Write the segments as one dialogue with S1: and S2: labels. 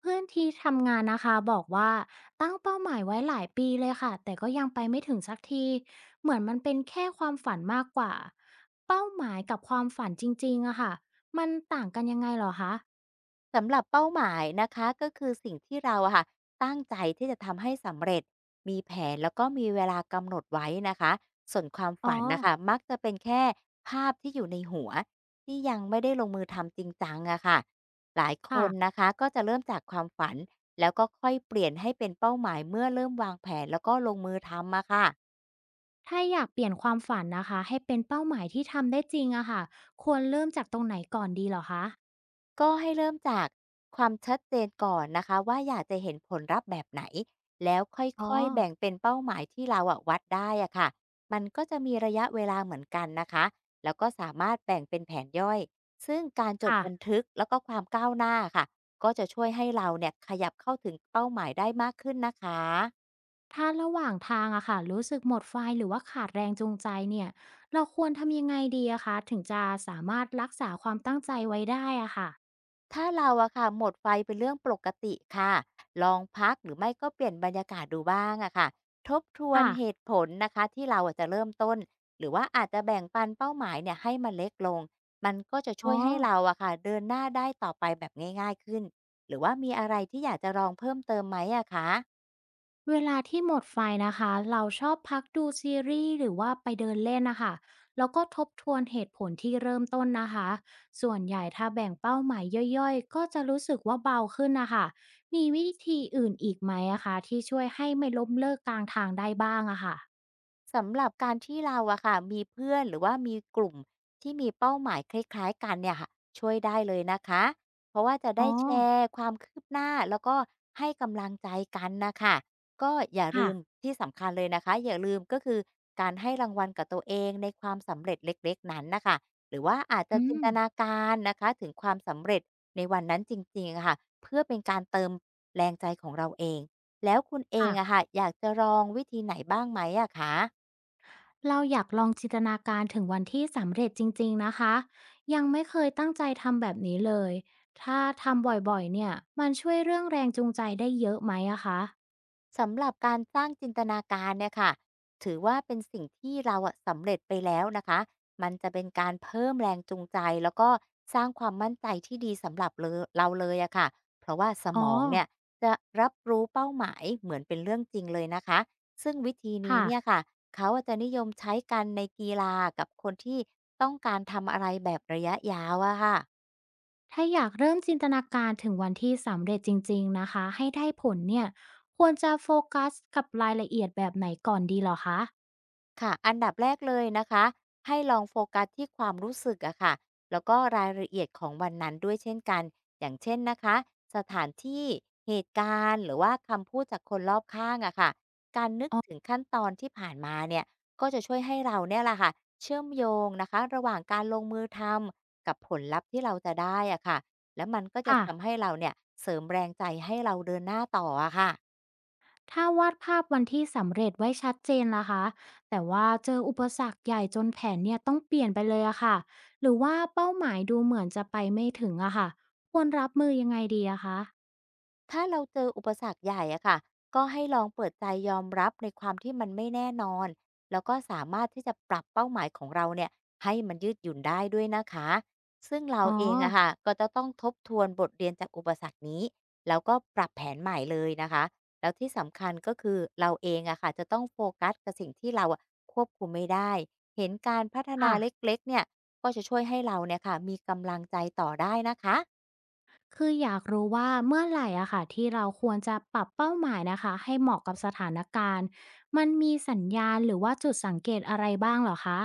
S1: เพื่อนที่ทำงานนะคะบอกว่าตั้งเป้าหมายไว้หลายปีเลยค่ะแต่ก็ยังไปไม่ถึงสักทีเหมือนมันเป็นแค่ความฝันมากกว่าเป้าหมายกับความฝันจริงๆอะค่ะมันต่างกันยังไงเหรอคะ
S2: สำหรับเป้าหมายนะคะก็คือสิ่งที่เราอะค่ะตั้งใจที่จะทำให้สำเร็จมีแผนแล้วก็มีเวลากำหนดไว้นะคะส่วนความ
S1: อ๋อ
S2: ฝันนะคะมักจะเป็นแค่ภาพที่อยู่ในหัวที่ยังไม่ได้ลงมือทำจริงจังอะค่ะหลายค
S1: ค่ะ
S2: นนะคะก็จะเริ่มจากความฝันแล้วก็ค่อยเปลี่ยนให้เป็นเป้าหมายเมื่อเริ่มวางแผนแล้วก็ลงมือทำอะค่ะ
S1: ถ้าอยากเปลี่ยนความฝันนะคะให้เป็นเป้าหมายที่ทำได้จริงอะค่ะควรเริ่มจากตรงไหนก่อนดีเหรอคะ
S2: ก็ให้เริ่มจากความชัดเจนก่อนนะคะว่าอยากจะเห็นผลลัพธ์แบบไหนแล้วค
S1: อ๋อ
S2: ่อยๆแบ่งเป็นเป้าหมายที่เราอะวัดได้อะค่ะมันก็จะมีระยะเวลาเหมือนกันนะคะแล้วก็สามารถแบ่งเป็นแผนย่อยซึ่งการจด
S1: ค่ะ
S2: บันทึกแล้วก็ความก้าวหน้าค่ะก็จะช่วยให้เราเนี่ยขยับเข้าถึงเป้าหมายได้มากขึ้นนะคะ
S1: ถ้าระหว่างทางอะค่ะรู้สึกหมดไฟหรือว่าขาดแรงจูงใจเนี่ยเราควรทำยังไงดีอะคะถึงจะสามารถรักษาความตั้งใจไว้ได้อะค่ะ
S2: ถ้าเราอะค่ะหมดไฟเป็นเรื่องปกติค่ะลองพักหรือไม่ก็เปลี่ยนบรรยากาศดูบ้างอะค่ะทบทวน
S1: ค่ะ
S2: เหตุผลนะคะที่เราอะจะเริ่มต้นหรือว่าอาจจะแบ่งปันเป้าหมายเนี่ยให้มันเล็กลงมันก็จะ
S1: อ๋
S2: ช่
S1: อ
S2: วยให้เราอะค่ะเดินหน้าได้ต่อไปแบบง่ายๆขึ้นหรือว่ามีอะไรที่อยากจะลองเพิ่มเติมไหมอะคะ
S1: เวลาที่หมดไฟนะคะเราชอบพักดูซีรีส์หรือว่าไปเดินเล่นนะคะแล้วก็ทบทวนเหตุผลที่เริ่มต้นนะคะส่วนใหญ่ถ้าแบ่งเป้าหมายย่อยๆก็จะรู้สึกว่าเบาขึ้นนะคะมีวิธีอื่นอีกไหมอะคะที่ช่วยให้ไม่ล้มเลิกกลางทางได้บ้างอะค่ะ
S2: สำหรับการที่เราอะค่ะมีเพื่อนหรือว่ามีกลุ่มที่มีเป้าหมายคล้ายๆกันเนี่ยค่ะช่วยได้เลยนะคะเพราะว่าจะ
S1: อ๋
S2: ได้
S1: อ
S2: แชร์ความคืบหน้าแล้วก็ให้กำลังใจกันนะคะก็อย่าลื
S1: ค่ะ
S2: มที่สำคัญเลยนะคะอย่าลืมก็คือการให้รางวัลกับตัวเองในความสำเร็จเล็กๆนั้นน่ะคะหรือว่าอาจจะ
S1: อื
S2: จิน
S1: ม
S2: ตนาการนะคะถึงความสำเร็จในวันนั้นจริงๆอะค่ะเพื่อเป็นการเติมแรงใจของเราเองแล้วคุณเอง
S1: ค่ะ
S2: อะค่ะอยากจะลองวิธีไหนบ้างไหมอะคะ
S1: เราอยากลองจินตนาการถึงวันที่สำเร็จจริงๆนะคะ ยังไม่เคยตั้งใจทำแบบนี้เลย ถ้าทำบ่อยๆเนี่ยมันช่วยเรื่องแรงจูงใจได้เยอะไหมอะคะ
S2: สำหรับการสร้างจินตนาการเนี่ยค่ะถือว่าเป็นสิ่งที่เราอะสำเร็จไปแล้วนะคะมันจะเป็นการเพิ่มแรงจูงใจแล้วก็สร้างความมั่นใจที่ดีสำหรับเลอเราเลยอะค่ะเพราะว่าส
S1: อ๋อ
S2: มองเนี่ยจะรับรู้เป้าหมายเหมือนเป็นเรื่องจริงเลยนะคะซึ่งวิธีนี้
S1: ค่ะ
S2: เนี่ยค่ะเขาอาจจะนิยมใช้กันในกีฬากับคนที่ต้องการทำอะไรแบบระยะยาวอะค่ะ
S1: ถ้าอยากเริ่มจินตนาการถึงวันที่สำเร็จจริงๆนะคะ ให้ได้ผลเนี่ยควรจะโฟกัสกับรายละเอียดแบบไหนก่อนดีเหรอคะ
S2: ค่ะอันดับแรกเลยนะคะให้ลองโฟกัสที่ความรู้สึกอะค่ะแล้วก็รายละเอียดของวันนั้นด้วยเช่นกันอย่างเช่นนะคะสถานที่เหตุการณ์หรือว่าคำพูดจากคนรอบข้างอะค่ะการนึกถึงขั้นตอนที่ผ่านมาเนี่ยก็จะช่วยให้เราเนี่ยแหละค่ะเชื่อมโยงนะคะระหว่างการลงมือทำกับผลลัพธ์ที่เราจะได้อะค่ะแล้วมันก็จะ
S1: ค่ะ
S2: ทำให้เราเนี่ยเสริมแรงใจให้เราเดินหน้าต่ออะค่ะ
S1: ถ้าวาดภาพวันที่สำเร็จไว้ชัดเจนล่ะคะแต่ว่าเจออุปสรรคใหญ่จนแผนเนี่ยต้องเปลี่ยนไปเลยอะค่ะหรือว่าเป้าหมายดูเหมือนจะไปไม่ถึงอะค่ะควรรับมือยังไงดีอะคะ
S2: ถ้าเราเจออุปสรรคใหญ่อะค่ะก็ให้ลองเปิดใจยอมรับในความที่มันไม่แน่นอนแล้วก็สามารถที่จะปรับเป้าหมายของเราเนี่ยให้มันยืดหยุ่นได้ด้วยนะคะซึ่งเรา
S1: อ๋อ
S2: เองอะค่ะก็จะต้องทบทวนบทเรียนจากอุปสรรคนี้แล้วก็ปรับแผนใหม่เลยนะคะแล้วที่สำคัญก็คือเราเองอะค่ะจะต้องโฟกัสกับสิ่งที่เราอะควบคุมไม่ได้เห็นการพัฒนา
S1: ค่ะ
S2: เล็กๆเนี่ยก็จะช่วยให้เราเนี่ยค่ะมีกำลังใจต่อได้นะคะ
S1: คืออยากรู้ว่าเมื่อไหร่อะค่ะที่เราควรจะปรับเป้าหมายนะคะให้เหมาะกับสถานการณ์ มันมีสัญญาณหรือว่าจุดสังเกตอะไรบ้างเหรอคะ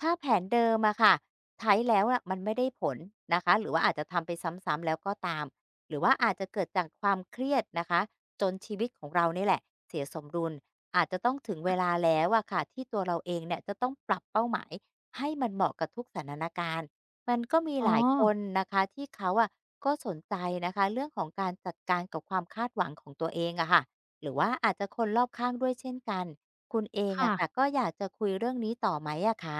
S2: ถ้าแผนเดิมอะค่ะใช้แล้วอะมันไม่ได้ผลนะคะหรือว่าอาจจะทำไปซ้ำๆแล้วก็ตามหรือว่าอาจจะเกิดจากความเครียดนะคะจนชีวิตของเราเนี่ยแหละเสียสมดุลอาจจะต้องถึงเวลาแล้วอะค่ะที่ตัวเราเองเนี่ยจะต้องปรับเป้าหมายให้มันเหมาะกับทุกสถานการณ์มันก็มี
S1: อ๋อ
S2: หลายคนนะคะที่เขาอะก็สนใจนะคะเรื่องของการจัดการกับความคาดหวังของตัวเองอะค่ะหรือว่าอาจจะคนรอบข้างด้วยเช่นกันคุณเอง
S1: ค่ะ
S2: อะค่ะก็อยากจะคุยเรื่องนี้ต่อไหมอะคะ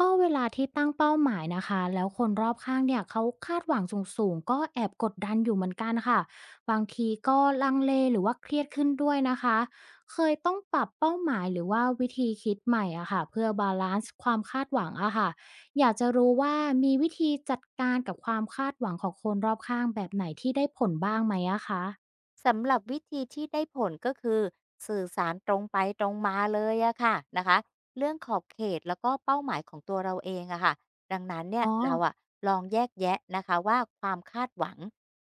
S1: ก็เวลาที่ตั้งเป้าหมายนะคะแล้วคนรอบข้างเนี่ยเขาคาดหวังสูงๆก็แอบกดดันอยู่เหมือนกันค่ะบางทีก็ลังเลหรือว่าเครียดขึ้นด้วยนะคะเคยต้องปรับเป้าหมายหรือว่าวิธีคิดใหม่อะค่ะเพื่อบาลานซ์ความคาดหวังอะค่ะอยากจะรู้ว่ามีวิธีจัดการกับความคาดหวังของคนรอบข้างแบบไหนที่ได้ผลบ้างไหมอะคะ
S2: สำหรับวิธีที่ได้ผลก็คือสื่อสารตรงไปตรงมาเลยอะค่ะนะคะเรื่องขอบเขตแล้วก็เป้าหมายของตัวเราเองอะค่ะดังนั้นเนี่ย
S1: อ๋อ
S2: เราอะลองแยกแยะนะคะว่าความคาดหวัง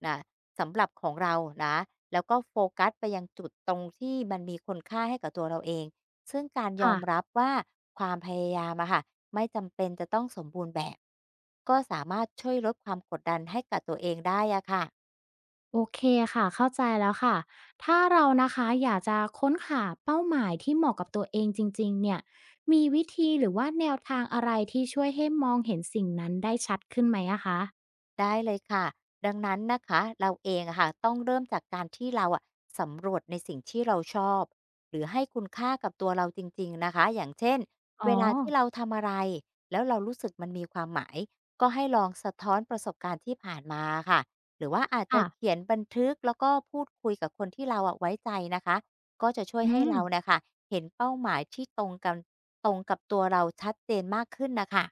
S2: นะสำหรับของเรานะแล้วก็โฟกัสไปยังจุดตรงที่มันมีคุณค่าให้กับตัวเราเองซึ่งการยอ
S1: ค่ะ
S2: มรับว่าความพยายามอะค่ะไม่จำเป็นจะต้องสมบูรณ์แบบก็สามารถช่วยลดความกดดันให้กับตัวเองได้อะค่ะ
S1: โอเคค่ะเข้าใจแล้วค่ะถ้าเรานะคะอยากจะค้นหาเป้าหมายที่เหมาะกับตัวเองจริงๆเนี่ยมีวิธีหรือว่าแนวทางอะไรที่ช่วยให้มองเห็นสิ่งนั้นได้ชัดขึ้นไหมอะคะ
S2: ได้เลยค่ะดังนั้นนะคะเราเองอะค่ะต้องเริ่มจากการที่เราสำรวจในสิ่งที่เราชอบหรือให้คุณค่ากับตัวเราจริงๆนะคะอย่างเช่น
S1: อ๋อ
S2: เวลาที่เราทำอะไรแล้วเรารู้สึกมันมีความหมายก็ให้ลองสะท้อนประสบการณ์ที่ผ่านมาค่ะหรือว่าอาจจะ
S1: ค่ะ
S2: เขียนบันทึกแล้วก็พูดคุยกับคนที่เราไว้ใจนะคะก็จะช่วย
S1: อื
S2: ให้
S1: ม
S2: เรานะคะเห็นเป้าหมายที่ตรงกันตรงกับตัวเราชัดเจนมากขึ้นนะคะ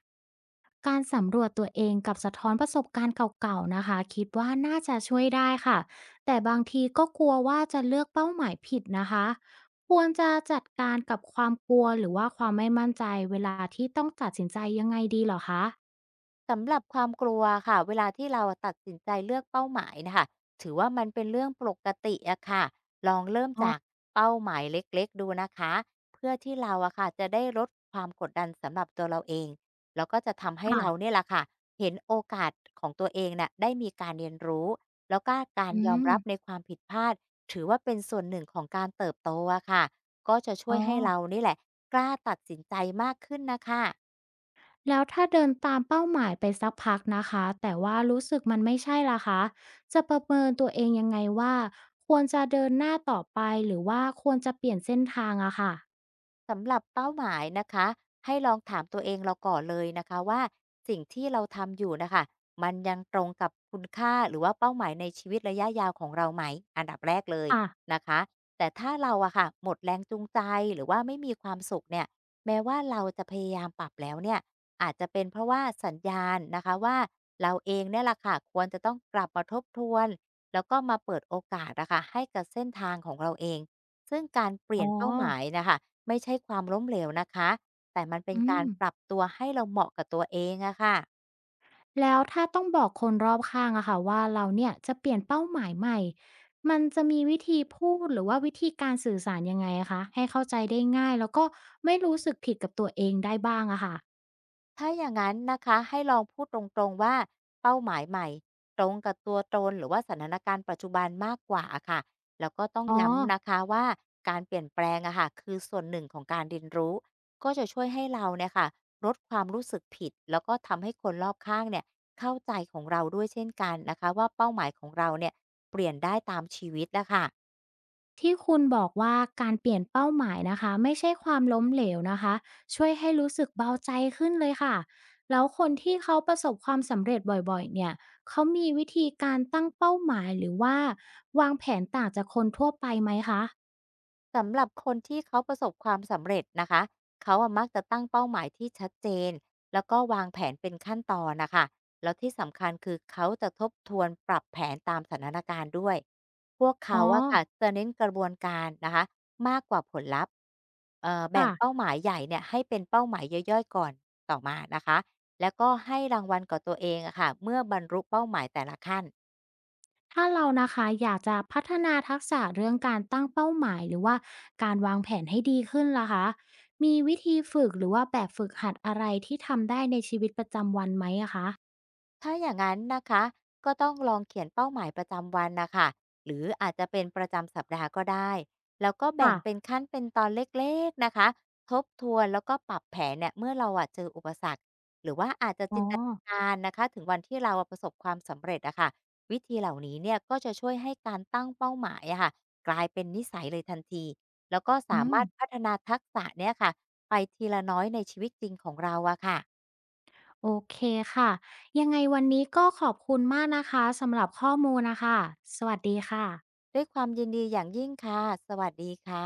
S1: การสำรวจตัวเองกับสะท้อนประสบการณ์เก่าๆนะคะคิดว่าน่าจะช่วยได้ค่ะแต่บางทีก็กลัวว่าจะเลือกเป้าหมายผิดนะคะควรจะจัดการกับความกลัวหรือว่าความไม่มั่นใจเวลาที่ต้องตัดสินใจยังไงดีเหรอคะ
S2: สำหรับความกลัวค่ะเวลาที่เราตัดสินใจเลือกเป้าหมายนะคะถือว่ามันเป็นเรื่องปกติอะค่ะลองเริ่มจากเป้าหมายเล็กๆดูนะคะเพื่อที่เราอะค่ะจะได้ลดความกดดันสำหรับตัวเราเองแล้วก็จะทำให้เรา
S1: ค่ะ
S2: เนี่ยแหละค่ะเห็นโอกาสของตัวเองน่ะได้มีการเรียนรู้แล้วก็การ
S1: อื
S2: ยอม
S1: ม
S2: รับในความผิดพลาดถือว่าเป็นส่วนหนึ่งของการเติบโตอะค่ะก็จะช่
S1: อ๋
S2: วย
S1: อ
S2: ให้เรานี่แหละกล้าตัดสินใจมากขึ้นนะคะ
S1: แล้วถ้าเดินตามเป้าหมายไปสักพักนะคะแต่ว่ารู้สึกมันไม่ใช่ล่ะคะจะประเมินตัวเองยังไงว่าควรจะเดินหน้าต่อไปหรือว่าควรจะเปลี่ยนเส้นทางอะค่ะ
S2: สำหรับเป้าหมายนะคะให้ลองถามตัวเองเราก่อนเลยนะคะว่าสิ่งที่เราทำอยู่นะคะมันยังตรงกับคุณค่าหรือว่าเป้าหมายในชีวิตระยะยาวของเราไหมอันดับแรกเลย
S1: ค่ะ
S2: นะคะแต่ถ้าเราอะค่ะหมดแรงจูงใจหรือว่าไม่มีความสุขเนี่ยแม้ว่าเราจะพยายามปรับแล้วเนี่ยอาจจะเป็นเพราะว่าสัญญาณนะคะว่าเราเองเนี่ยแหละค่ะควรจะต้องกลับมาทบทวนแล้วก็มาเปิดโอกาสนะคะให้กับเส้นทางของเราเอง ซึ่งการเปลี่
S1: อ๋อ
S2: ยนเป้าหมายนะคะไม่ใช่ความล้มเหลวนะคะแต่มันเป็น
S1: อื
S2: การ
S1: ม
S2: ปรับตัวให้เราเหมาะกับตัวเองอะค่ะ
S1: แล้วถ้าต้องบอกคนรอบข้างอะค่ะว่าเราเนี่ยจะเปลี่ยนเป้าหมายใหม่มันจะมีวิธีพูดหรือว่าวิธีการสื่อสารยังไงอะคะให้เข้าใจได้ง่ายแล้วก็ไม่รู้สึกผิดกับตัวเองได้บ้างอะค่ะ
S2: ถ้าอย่างนั้นนะคะให้ลองพูดตรงๆว่าเป้าหมายใหม่ตรงกับตัวตนหรือว่าสถานการณ์ปัจจุบันมากกว่าอะค่ะแล้วก็ต้อง
S1: อ๋อ
S2: ย้ำนะคะว่าการเปลี่ยนแปลงอะค่ะคือส่วนหนึ่งของการเรียนรู้ก็จะช่วยให้เราเนี่ยค่ะลดความรู้สึกผิดแล้วก็ทำให้คนรอบข้างเนี่ยเข้าใจของเราด้วยเช่นกันนะคะว่าเป้าหมายของเราเนี่ยเปลี่ยนได้ตามชีวิตนะคะ
S1: ที่คุณบอกว่าการเปลี่ยนเป้าหมายนะคะไม่ใช่ความล้มเหลวนะคะช่วยให้รู้สึกเบาใจขึ้นเลยค่ะแล้วคนที่เขาประสบความสำเร็จบ่อยๆเนี่ยเขามีวิธีการตั้งเป้าหมายหรือว่าวางแผนต่างจากคนทั่วไปไหมคะ
S2: สำหรับคนที่เขาประสบความสำเร็จนะคะเขาอะมักจะตั้งเป้าหมายที่ชัดเจนแล้วก็วางแผนเป็นขั้นตอนนะคะแล้วที่สำคัญคือเขาจะทบทวนปรับแผนตามสถานการณ์ด้วยพวก
S1: อ๋อ
S2: เขาอะค่ะจะเน้นกระบวนการนะคะมากกว่าผลลัพธ์แบ่ง
S1: ค่ะ
S2: เป้าหมายใหญ่เนี่ยให้เป็นเป้าหมายย่อยๆก่อนต่อมานะคะแล้วก็ให้รางวัลกับตัวเองอะค่ะเมื่อบรรลุเป้าหมายแต่ละขั้น
S1: ถ้าเรานะคะอยากจะพัฒนาทักษะเรื่องการตั้งเป้าหมายหรือว่าการวางแผนให้ดีขึ้นล่ะคะมีวิธีฝึกหรือว่าแบบฝึกหัดอะไรที่ทำได้ในชีวิตประจำวันไหมอะคะ
S2: ถ้าอย่างนั้นนะคะก็ต้องลองเขียนเป้าหมายประจำวันนะคะหรืออาจจะเป็นประจำสัปดาห์ก็ได้แล้วก็แบ่ง
S1: ค่ะ
S2: เป็นขั้นเป็นตอนเล็กๆนะคะทบทวนแล้วก็ปรับแผนเนี่ยเมื่อเราเจออุปสรรคหรือว่าอาจจะ
S1: อ๋อ
S2: จินตนาการนะคะถึงวันที่เราประสบความสำเร็จอะค่ะวิธีเหล่านี้เนี่ยก็จะช่วยให้การตั้งเป้าหมายอะค่ะกลายเป็นนิสัยเลยทันทีแล้วก็
S1: อื
S2: สา
S1: ม
S2: มารถพัฒนาทักษะเนี่ยค่ะไปทีละน้อยในชีวิตจริงของเราอะค่ะ
S1: โอเคค่ะยังไงวันนี้ก็ขอบคุณมากนะคะสำหรับข้อมูลนะคะสวัสดีค่ะ
S2: ด้วยความยินดีอย่างยิ่งค่ะ สวัสดีค่ะ